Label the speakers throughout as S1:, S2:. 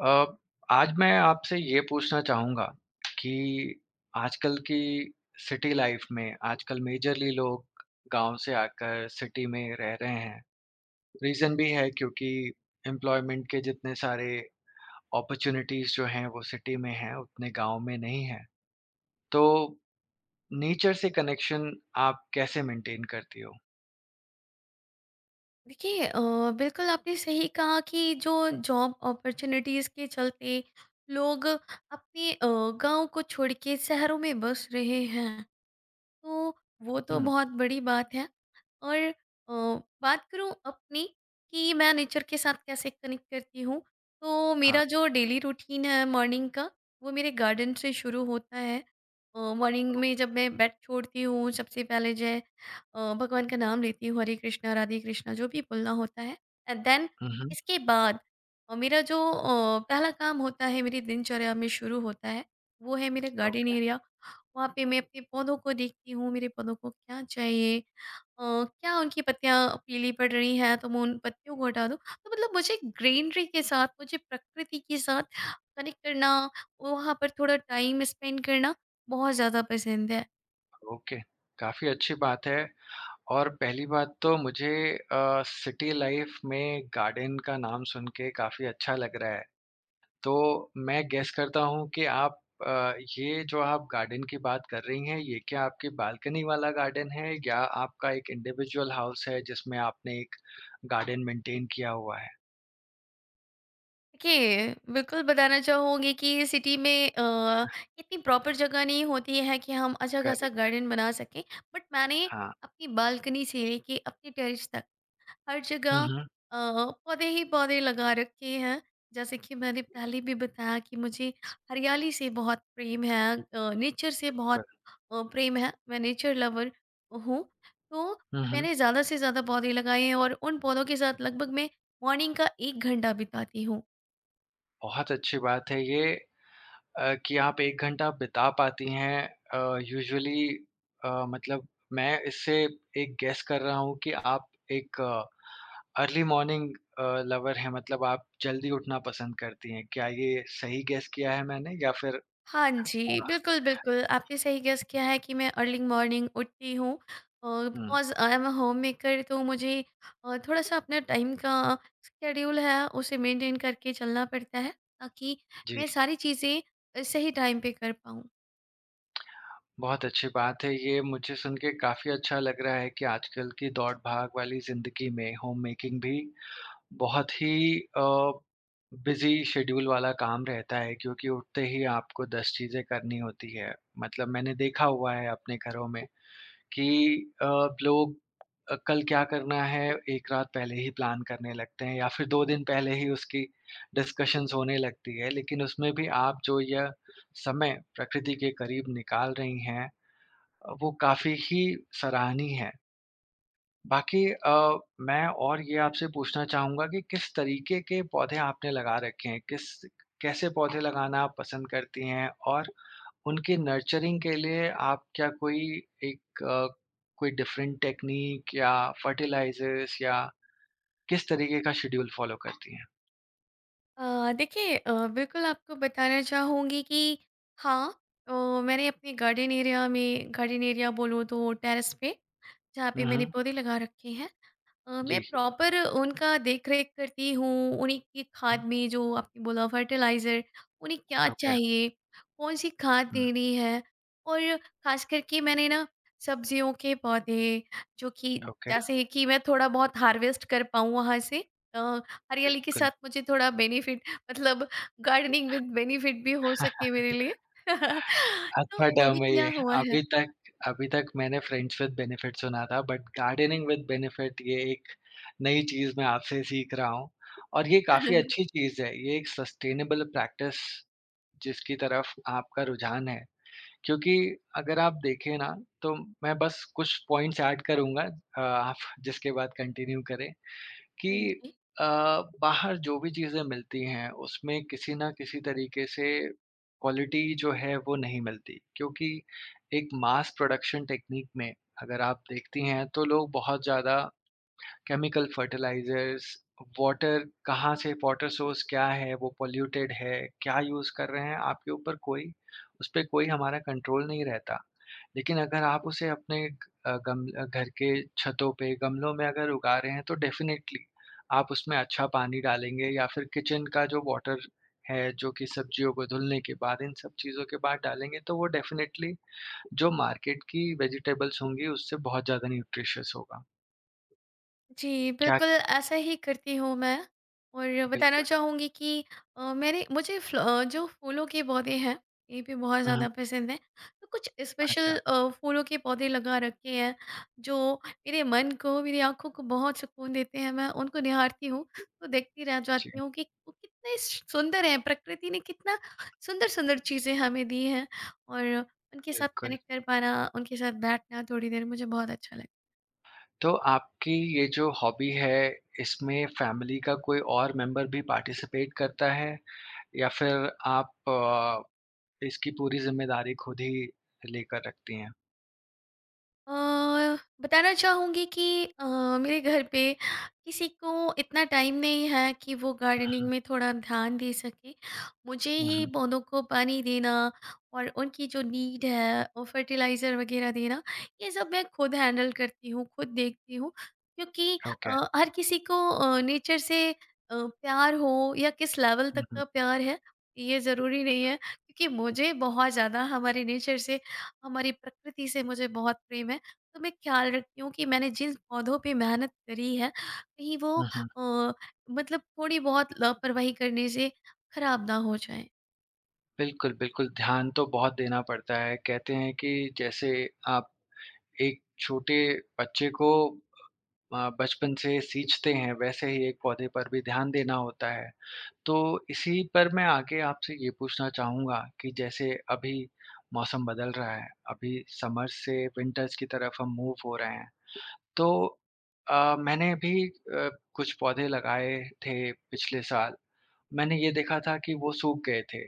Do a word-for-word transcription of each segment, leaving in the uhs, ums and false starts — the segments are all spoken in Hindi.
S1: अ, आज मैं आपसे ये पूछना चाहूँगा कि आजकल की सिटी लाइफ में आजकल मेजरली लोग गांव से आकर सिटी में रह रहे हैं। रीज़न भी है क्योंकि एम्प्लॉयमेंट के जितने सारे अपॉर्चुनिटीज़ जो हैं वो सिटी में हैं, उतने गाँव में नहीं हैं। तो नेचर से कनेक्शन आप कैसे मेंटेन करती हो?
S2: देखिए अ, बिल्कुल आपने सही कहा कि जो जॉब अपॉर्चुनिटीज़ के चलते लोग अपने अ, गांव को छोड़ के शहरों में बस रहे हैं, तो वो तो
S1: हुँ,
S2: बहुत बड़ी बात है। और अ, बात करूँ अपनी कि मैं नेचर के साथ कैसे कनेक्ट करती हूँ, तो
S1: हाँ।
S2: मेरा जो डेली रूटीन है मॉर्निंग का वो मेरे गार्डन से शुरू होता है। मॉर्निंग में जब मैं बेड छोड़ती हूँ सबसे पहले जो है अ, भगवान का नाम लेती हूँ, हरे कृष्णा राधे कृष्णा जो भी बोलना होता है। एंड देन
S1: हुँ, हुँ।
S2: इसके बाद अ, मेरा जो अ, पहला काम होता है मेरी दिनचर्या में शुरू होता है वो है मेरा गार्डन
S1: ओके,
S2: एरिया। वहाँ पे मैं अपने पौधों को देखती हूँ, मेरे पौधों को क्या चाहिए, अ, क्या उनकी पत्तियाँ पीली पड़ रही हैं तो मैं उन पत्तियों को हटा दूँ। तो मतलब मुझे ग्रीनरी के साथ, मुझे प्रकृति के साथ कनेक्ट करना, वहाँ पर थोड़ा टाइम स्पेंड करना बहुत ज़्यादा पसंद है।
S1: ओके। काफ़ी अच्छी बात है। और पहली बात तो मुझे अ, सिटी लाइफ में गार्डन का नाम सुन के काफ़ी अच्छा लग रहा है। तो मैं गेस करता हूँ कि आप अ, ये जो आप गार्डन की बात कर रही हैं, ये क्या आपकी बालकनी वाला गार्डन है या आपका एक इंडिविजुअल हाउस है जिसमें आपने एक गार्डन मेंटेन किया हुआ है?
S2: देखिए, बिल्कुल बताना चाहूँगी कि सिटी में अ, इतनी प्रॉपर जगह नहीं होती है कि हम अच्छा-खासा
S1: करेक्ट,
S2: गार्डन बना सकें। बट मैंने
S1: हाँ।
S2: अपनी बालकनी से लेके अपने टेरेस तक हर जगह
S1: हुँ, हुँ।
S2: अ, पौधे ही पौधे लगा रखे हैं। जैसे कि मैंने पहले भी बताया कि मुझे हरियाली से बहुत प्रेम है, नेचर से
S1: कर
S2: बहुत अ, प्रेम है, मैं नेचर लवर हूँ। तो
S1: हुँ, हुँ।
S2: मैंने ज़्यादा से ज़्यादा पौधे लगाए हैं और उन पौधों के साथ लगभग मैं मॉर्निंग का एक घंटा बिताती हूँ।
S1: बहुत अच्छी बात है ये। अ, कि आप एक घंटा बिता पाती हैं अ, यूजुअली, अ, मतलब मैं इससे एक गेस कर रहा हूँ कि आप एक अर्ली मॉर्निंग अ, लवर हैं, मतलब आप जल्दी उठना पसंद करती हैं। क्या ये सही गेस किया है मैंने या फिर
S2: हाँ जी,
S1: थोड़ा?
S2: बिल्कुल, बिल्कुल। आपने सही गेस किया है कि मैं अर्ली मॉर्निंग उठती हूँ और
S1: हुँ,
S2: because I am a homemaker, तो मुझे अ, थोड़ा-सा अपने टाइम का शेड्यूल है, उसे मेंटेन करके चलना पड़ता है, ताकि
S1: जी,
S2: मैं सारी चीज़ें अ, सही टाइम पे कर पाऊँ।
S1: बहुत अच्छी बात है। ये मुझे सुन के काफ़ी अच्छा लग रहा है कि आजकल की दौड़-भाग वाली ज़िंदगी में होम मेकिंग भी बहुत ही अ, बिज़ी शेड्यूल वाला काम रहता है क्योंकि उठते ही आपको दस चीज़ें करनी होती है। मतलब मैंने देखा हुआ है अपने घरों में कि अ, लोग, अ, कल क्या करना है, एक रात पहले ही प्लान करने लगते हैं या फिर दो दिन पहले ही उसकी डिस्कशंस होने लगती है। लेकिन उसमें भी आप जो यह समय प्रकृति के करीब निकाल रही हैं, अ, वो काफ़ी ही सराहनीय है। बाकी अ, मैं और ये आपसे पूछना चाहूँगा कि किस तरीके के पौधे आपने लगा रखे हैं? किस कैसे पौधे लगाना आप पसंद करती हैं? और उनकी नर्चरिंग के लिए आप क्या कोई एक अ, कोई डिफरेंट टेक्नीक या फर्टिलाइज़र्स या किस तरीके का शेड्यूल फ़ॉलो करती हैं?
S2: अ, देखिए अ, बिल्कुल आपको बताना चाहूँगी कि हाँ अ, मैंने अपने गार्डन एरिया में, गार्डन एरिया बोलूँ तो टेरेस पे, जहाँ पे
S1: हुँ,
S2: मैंने
S1: हुँ।
S2: पौधे लगा रखे हैं अ, मैं
S1: जी।
S2: प्रॉपर उनका देख-रेख करती हूँ, उन्हीं की
S1: हुँ,
S2: खाद में जो आपने बोला फर्टिलाइज़र, उन्हें क्या
S1: ओके।
S2: चाहिए, कौन-सी खाद
S1: हुँ,
S2: देनी है। और ख़ास करके मैंने ना सब्जियों के पौधे, जो कि
S1: ओके,
S2: जैसे कि मैं थोड़ा बहुत हार्वेस्ट कर पाऊँ वहाँ से, अ, हरियाली के
S1: बिल्कुल।
S2: साथ मुझे थोड़ा बेनिफिट, मतलब गार्डनिंग विद बेनिफिट भी हो सके मेरे लिए। तो
S1: अच्छा
S2: वो भी
S1: टर्म है
S2: किया
S1: ये।
S2: हुआ है।
S1: अभी तक अभी तक मैंने फ्रेंड्स विद बेनिफिट सुना था, बट गार्डनिंग विद बेनिफिट ये एक नई चीज़ मैं आपसे सीख रहा हूँ और ये काफ़ी अच्छी चीज़ है। ये एक सस्टेनेबल प्रैक्टिस जिसकी तरफ आपका रुझान है। क्योंकि अगर आप देखें ना, तो मैं बस कुछ पॉइंट्स ऐड करूँगा, अ, आप जिसके बाद कंटिन्यू करें।
S2: हाँ
S1: कि
S2: जी।
S1: अ, बाहर जो भी चीज़ें मिलती हैं, उसमें किसी न किसी तरीके से क्वालिटी जो है वो नहीं मिलती। क्योंकि एक मास प्रोडक्शन टेक्नीक में अगर आप देखती हैं तो लोग बहुत ज़्यादा केमिकल फर्टिलाइज़र्स, वाटर, कहाँ से वाटर सोर्स क्या है, वो पॉल्यूटेड है, क्या यूज़ कर रहे हैं, आपके ऊपर कोई उसपे कोई हमारा कंट्रोल नहीं रहता। लेकिन अगर आप उसे अपने अ, गम अ, घर के छतों पे, गमलों में अगर उगा रहे हैं तो डेफ़िनेटली आप उसमें अच्छा पानी डालेंगे या फिर किचन का जो वाटर है, जो कि सब्जियों को धुलने के बाद, इन सब चीज़ों के बाद डालेंगे, तो वो डेफ़िनेटली जो मार्केट की वेजिटेबल्स होंगी उससे बहुत ज़्यादा न्यूट्रिशियस होगा।
S2: जी,
S1: क्या
S2: बिल्कुल ऐसा ही करती हूँ मैं। और बताना
S1: बिल्कुल।
S2: चाहूँगी कि अ, मेरे मुझे फ्ल अ, जो फूलों के पौधे हैं, ये भी बहुत ज़्यादा पसंद हैं। तो कुछ
S1: अच्छा,
S2: स्पेशल अ, फूलों के पौधे लगा रखे हैं, जो मेरे मन को, मेरी आँखों को बहुत सुकून देते हैं। मैं उनको निहारती हूँ, तो देखती रह
S1: जी,
S2: जाती हूँ कि वो कितने सुंदर हैं, प्रकृति ने कितना सुंदर-सुंदर चीज़ें हमें दी हैं और उनके साथ
S1: बिल्कुल।
S2: कनेक्ट कर पाना, उनके साथ बैठना थोड़ी देर मुझे बहुत अच्छा लग।
S1: तो आपकी ये जो हॉबी है, इसमें फैमिली का कोई और मेंबर भी पार्टिसिपेट करता है या फिर आप अ, इसकी पूरी ज़िम्मेदारी खुद ही लेकर रखती हैं?
S2: अ, बताना चाहूँगी कि अ, मेरे घर पे किसी को इतना टाइम नहीं है कि वो
S1: हुँ,
S2: गार्डनिंग
S1: हुँ।
S2: में थोड़ा ध्यान दे सके। मुझे
S1: हुँ,
S2: ही
S1: हुँ।
S2: पौधों को पानी देना और उनकी जो नीड है और फर्टिलाइज़र वग़ैरह देना, ये सब मैं खुद हैंडल करती हूँ, खुद देखती हूँ। क्योंकि
S1: ओके।
S2: अ, हर किसी को अ, नेचर से अ, प्यार हो या किस लेवल तक
S1: हुँ, हुँ।
S2: का प्यार है, ये ज़रूरी नहीं है। क्योंकि मुझे बहुत ज़्यादा हमारे नेचर से, हमारी प्रकृति से मुझे बहुत प्रेम है। तो मैं ख्याल रखती हूँ कि मैंने जिन पौधों पे मेहनत करी है, कहीं वो
S1: हुँ, हुँ।
S2: अ, मतलब थोड़ी बहुत लापरवाही करने से खराब ना हो जाए।
S1: बिल्कुल, बिल्कुल, ध्यान तो बहुत देना पड़ता है। कहते हैं कि जैसे आप एक छोटे बच्चे को अ, बचपन से सींचते हैं, वैसे ही एक पौधे पर भी ध्यान देना होता है। तो इसी पर मैं आगे आपसे ये पूछना चाहूँगा कि जैसे अभी मौसम बदल रहा है, अभी समर से विंटर्स की तरफ हम मूव हो रहे हैं। तो अ, मैंने भी अ, कुछ पौधे लगाए थे पिछले साल। मैंने ये देखा था कि वो सूख गए थे।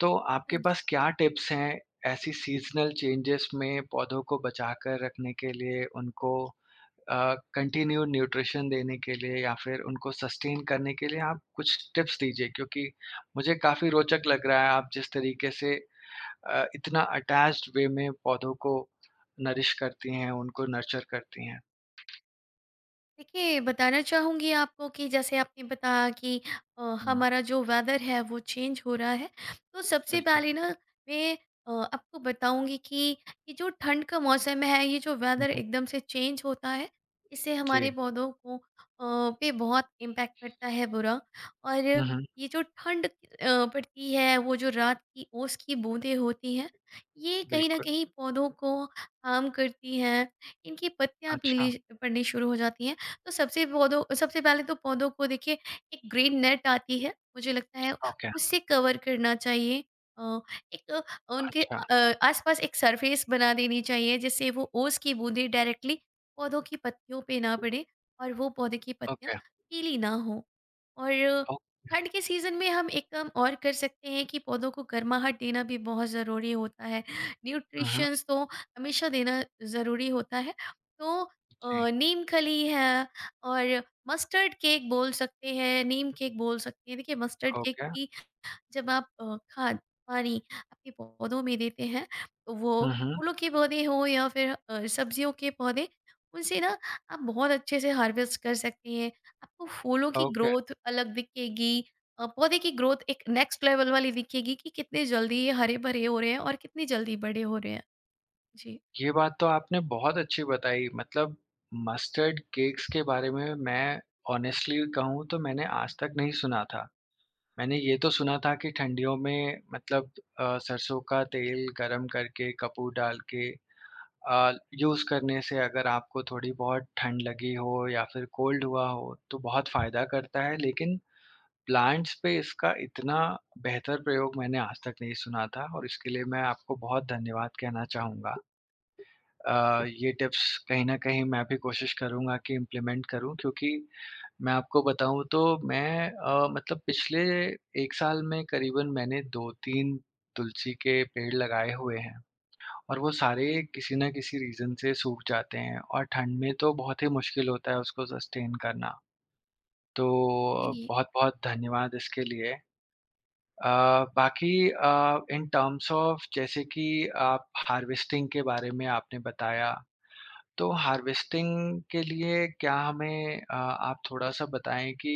S1: तो आपके पास क्या टिप्स हैं ऐसी सीज़नल चेंजेस में पौधों को बचाकर रखने के लिए, उनको अ, कंटिन्यू न्यूट्रिशन देने के लिए या फिर उनको सस्टेन करने के लिए? आप कुछ टिप्स दीजिए क्योंकि मुझे काफ़ी रोचक लग रहा है आप जिस तरीके से अ, इतना अटैच्ड वे में पौधों को नरिश करती हैं, उनको नर्चर करती हैं।
S2: देखिए, बताना चाहूँगी आपको कि जैसे आपने बताया कि अ,
S1: हुँ,
S2: हमारा जो वेदर है वो चेंज हो रहा है। तो सबसे
S1: बिल्कुल।
S2: पहले ना मैं अ, आपको बताऊँगी कि ये जो ठंड का मौसम है, ये जो
S1: हुँ,
S2: वेदर
S1: हुँ,
S2: एकदम से चेंज होता है, इससे हमारे
S1: जी।
S2: पौधों को अ, पे बहुत इम्पैक्ट पड़ता है बुरा। और
S1: हुँ, हुँ,
S2: ये जो ठंड अ, पड़ती है, वो जो रात की ओस की बूँदें होती हैं, ये कहीं न
S1: बिल्कुल।
S2: कहीं पौधों को हार्म करती हैं। इनकी पत्तियाँ
S1: अच्छा,
S2: पीली पड़नी शुरू हो जाती हैं। तो सबसे पौधों सबसे पहले तो पौधों को देखिए एक ग्रीन नेट आती है, मुझे लगता है
S1: ओके,
S2: उससे कवर करना चाहिए। अ, एक उनके अ उनके
S1: अच्छा,
S2: अ, आस-पास एक सरफेस बना देनी चाहिए जिससे वो ओस की बूँदें डायरेक्टली पौधों की पत्तियों पे ना पड़े और वो पौधे की पत्तियाँ
S1: ओके,
S2: गीली ना हो। और
S1: ओ
S2: ठंड के सीज़न में हम एक काम और कर सकते हैं कि पौधों को गर्माहट देना भी बहुत ज़रूरी होता है।
S1: हुँ, हुँ,
S2: न्यूट्रिशंस तो हमेशा देना ज़रूरी होता है। तो
S1: जी,
S2: अ, नीम खली है और मस्टर्ड केक बोल सकते हैं, नीम केक बोल सकते हैं। देखिए मस्टर्ड केक
S1: ओके।
S2: की, जब आप अ, खाद पानी अपने पौधों में देते हैं, तो वो
S1: हुँ, हुँ,
S2: फूलों के पौधे हों या फिर अ, सब्जियों के पौधे, उनसे ना आप बहुत अच्छे से हार्वेस्ट कर सकते हैं। आपको फूलों की
S1: ओके।
S2: ग्रोथ अलग दिखेगी, अ, पौधे की ग्रोथ एक नेक्स्ट लेवल वाली दिखेगी कि कितने जल्दी ये हरे-भरे हो रहे हैं और कितनी जल्दी बड़े हो रहे हैं।
S1: ये बात तो आपने बहुत अच्छी बताई, मतलब मस्टर्ड केक्स के बारे में मैं ऑनेस्टली कहूँ तो मैंने आज तक नहीं सुना था। मैंने ये तो सुना था कि ठंडियों में मतलब अ, सरसों का तेल गरम करके, कपूर डाल के अ, यूज़ करने से अगर आपको थोड़ी बहुत ठंड लगी हो या फिर कोल्ड हुआ हो तो बहुत फ़ायदा करता है। लेकिन प्लांट्स पे इसका इतना बेहतर प्रयोग मैंने आज तक नहीं सुना था और इसके लिए मैं आपको बहुत धन्यवाद कहना चाहूँगा। अ, ये टिप्स कहीं न कहीं मैं भी कोशिश करूँगा कि इम्प्लीमेंट करूँ, क्योंकि मैं आपको बताऊँ तो मैं, अ, मतलब पिछले एक साल में करीबन मैंने दो तीन तुलसी के पेड़ लगाए हुए हैं और वो सारे किसी न किसी रीज़न से सूख जाते हैं, और ठंड में तो बहुत ही मुश्किल होता है उसको सस्टेन करना। तो
S2: जी।
S1: बहुत-बहुत धन्यवाद इसके लिए। अ, बाकी अ, इन टर्म्स ऑफ जैसे कि आप हार्वेस्टिंग के बारे में आपने बताया, तो हार्वेस्टिंग के लिए क्या हमें, अ, आप थोड़ा-सा बताएँ कि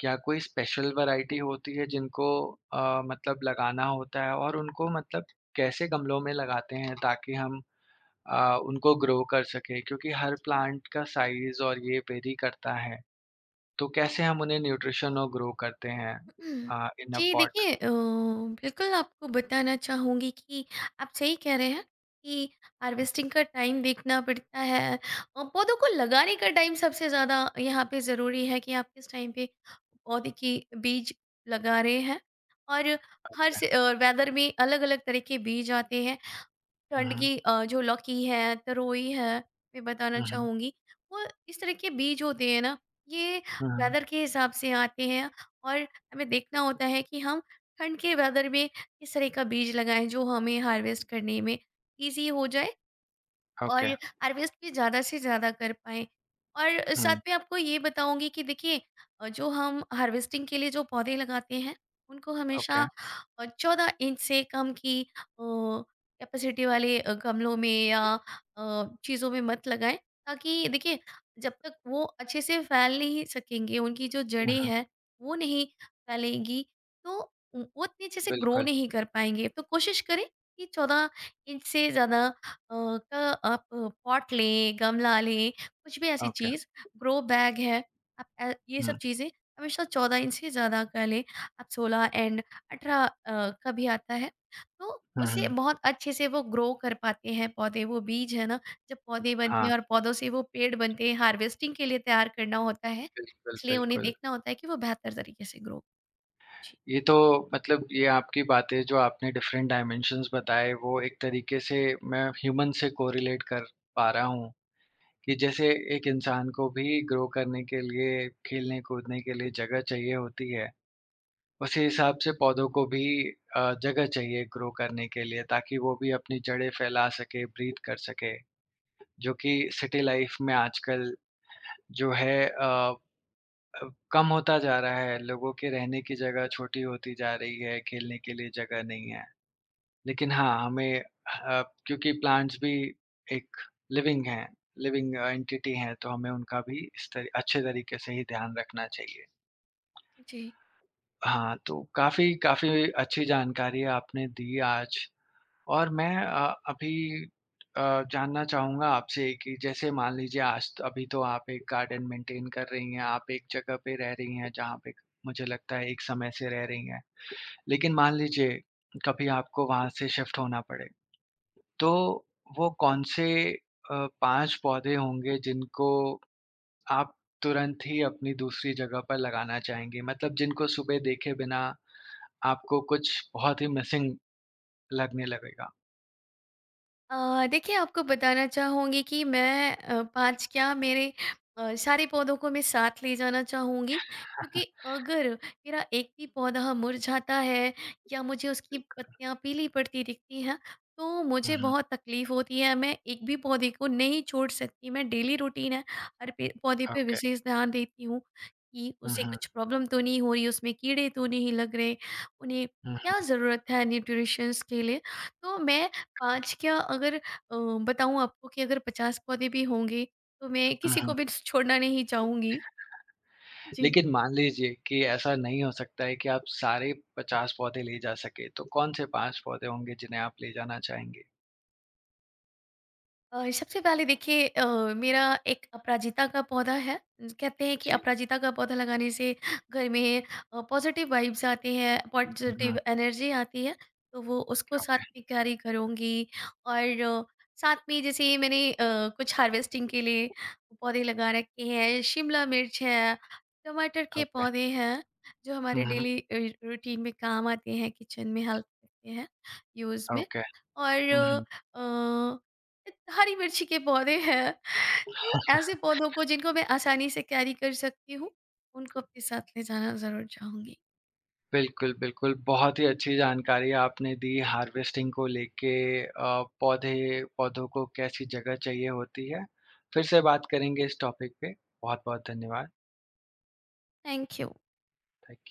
S1: क्या कोई स्पेशल वैरायटी होती है जिनको अ, मतलब लगाना होता है, और उनको मतलब कैसे गमलों में लगाते हैं ताकि हम अ, उनको ग्रो कर सकें? क्योंकि हर प्लांट का साइज़ और ये वेरी करता है, तो कैसे हम उन्हें न्यूट्रिशन और ग्रो करते हैं
S2: हुँ।
S1: अ, इन अ
S2: जी,
S1: पॉट?
S2: देखिए अ, बिल्कुल आपको बताना चाहूँगी कि आप सही कह रहे हैं कि हार्वेस्टिंग का टाइम देखना पड़ता है। अ, पौधों को लगाने का टाइम सबसे ज़्यादा यहाँ पे ज़रूरी है कि आप किस टाइम पे पौधे के बीज लगा रहे हैं। और हर से अ, वेदर में अलग-अलग तरह के बीज आते हैं। ठंड
S1: हुँ,
S2: की अ, जो लौकी है, तरोई है, मैं बताना
S1: हुँ, हुँ,
S2: चाहूँगी। वो इस तरह के बीज होते हैं ना, ये
S1: हुँ, हुँ,
S2: वेदर के हिसाब से आते हैं और हमें देखना होता है कि हम ठंड के वेदर में किस तरह का बीज लगाएँ, जो हमें हार्वेस्ट करने में ईज़ी हो जाए और
S1: ओके,
S2: हार्वेस्ट भी ज़्यादा से ज़्यादा कर पाएँ। और साथ
S1: हुँ,
S2: में आपको ये बताऊँगी कि देखिए अ, जो हम हार्वेस्टिंग के लिए जो पौधे लगाते हैं, उनको हमेशा
S1: ओके,
S2: अ, चौदह इंच से कम की अ, कैपेसिटी वाले अ, गमलों में या अ, चीज़ों में मत लगाएँ। ताकि देखिए, जब तक वो अच्छे से फैल नहीं सकेंगे, उनकी जो
S1: हुँ,
S2: जड़ें
S1: हुँ,
S2: हैं, वो नहीं फैलेंगी, तो उ वो इतने अच्छे से ग्रो
S1: बिल्कुल,
S2: नहीं कर पाएँगे। तो कोशिश करें कि चौदह इंच से ज़्यादा अ, का आप पॉट लें, गमला लें, कुछ भी ऐसी
S1: ओके,
S2: चीज़, ग्रो बैग है, आप अ, ये सब
S1: हुँ,
S2: चीज़ें हमेशा चौदह इंच से ज़्यादा का लें। आप सोलह एंड अठारह अ, का भी आता है, तो
S1: हुँ, हुँ,
S2: उससे बहुत अच्छे से वो ग्रो कर पाते हैं पौधे। वो बीज है ना, जब पौधे बनते
S1: हाँ।
S2: हैं और पौधों से वो पेड़ बनते हैं, हार्वेस्टिंग के लिए तैयार करना होता है,
S1: बिल्कुल,
S2: इसलिए उन्हें
S1: बिल्कुल।
S2: देखना होता है कि वो बेहतर तरीके से ग्रो। जी।
S1: ये तो, मतलब ये आपकी बातें जो आपने डिफरेंट डायमेंशंस बताए, वो एक तरीके से मैं ह्यूमन से कोरिलेट कर पा रहा हूँ, कि जैसे एक इंसान को भी ग्रो करने के लिए, खेलने-कूदने के लिए जगह चाहिए होती है, उसी हिसाब से पौधों को भी अ, जगह चाहिए ग्रो करने के लिए ताकि वो भी अपनी जड़ें फैला सके, ब्रीथ कर सके, जो कि सिटी लाइफ में आजकल जो है अ अब कम होता जा रहा है, लोगों के रहने की जगह छोटी होती जा रही है, खेलने के लिए जगह नहीं है। लेकिन हाँ, हमें अ, क्योंकि प्लांट्स भी एक लिविंग हैं, लिविंग एंटिटी हैं, तो हमें उनका भी इस तरी अच्छे तरीके से ही ध्यान रखना चाहिए।
S2: जी।
S1: हाँ, तो काफ़ी काफ़ी अच्छी जानकारी आपने दी आज। और मैं अ, अभी अ, जानना चाहूँगा आपसे कि जैसे मान लीजिए आज त अभी तो आप एक गार्डन मेंटेन कर रही हैं, आप एक जगह पे रह रही हैं जहाँ पे मुझे लगता है एक समय से रह रही हैं। लेकिन मान लीजिए कभी आपको वहाँ से शिफ्ट होना पड़े, तो वो कौन-से अ, पाँच पौधे होंगे जिनको आप तुरंत ही अपनी दूसरी जगह पर लगाना चाहेंगे? मतलब जिनको सुबह देखे बिना आपको कुछ बहुत ही मिसिंग लगने लगेगा।
S2: अ, देखिए आपको बताना चाहूँगी कि मैं अ, पाँच क्या, मेरे अ, सारे पौधों को मैं साथ ले जाना चाहूँगी, क्योंकि अगर मेरा एक भी पौधा मुरझाता है या मुझे उसकी पत्तियाँ पीली पड़ती दिखती हैं, तो
S1: हुँ,
S2: मुझे
S1: हुँ।
S2: बहुत तकलीफ़ होती है। मैं एक भी पौधे को नहीं छोड़ सकती, मैं डेली रूटीन है, हर पे पौधे पे
S1: ओके।
S2: विशेष ध्यान देती हूँ कि
S1: हुँ,
S2: उसे
S1: हुँ।
S2: कुछ प्रॉब्लम तो नहीं हो रही, उसमें कीड़े तो नहीं लग रहे, उन्हें
S1: हुँ,
S2: क्या
S1: हुँ,
S2: ज़रूरत है न्यूट्रिशंस के लिए। तो मैं पाँच क्या, अगर अ, बताऊँ आपको, कि अगर पचास पौधे भी होंगे, तो मैं
S1: हुँ,
S2: किसी को
S1: हुँ।
S2: भी छोड़ना नहीं चाहूँगी। जी।
S1: लेकिन मान लीजिए कि ऐसा नहीं हो सकता है कि आप सारे पचास पौधे ले जा सकें, तो कौन-से पाँच पौधे होंगे जिन्हें आप ले जाना चाहेंगे?
S2: अ, सबसे पहले देखिए अ, मेरा एक अपराजिता का पौधा है, कहते हैं कि
S1: जी।
S2: अपराजिता का पौधा लगाने से घर में पॉजिटिव वाइब्स आते हैं,
S1: हुँ,
S2: पॉजिटिव एनर्जी आती है, तो वो उसको साथ
S1: ओके,
S2: में कैरी करूँगी। और अ, साथ में जैसे मैंने अ, कुछ हार्वेस्टिंग के लिए पौधे लगा रखे हैं, शिमला मिर्च है, टमाटर के
S1: ओके।
S2: पौधे हैं, जो हमारे
S1: हुँ, हुँ,
S2: डेली रूटीन में काम आते हैं, किचन में हेल्प करते हैं, यूज़ में।
S1: ओके।
S2: और
S1: हुँ, हुँ।
S2: अ, हरी मिर्ची के पौधे हैं, तो ऐसे पौधों को जिनको मैं आसानी से कैरी कर सकती हूँ, उनको अपने साथ ले जाना ज़रूर चाहूँगी।
S1: बिल्कुल, बिल्कुल, बहुत ही अच्छी जानकारी आपने दी हार्वेस्टिंग को लेके, अ, पौधे पौधों को कैसी जगह चाहिए होती है। फिर से बात करेंगे इस टॉपिक पे। बहुत-बहुत धन्यवाद।
S2: Thank you.
S1: Thank you.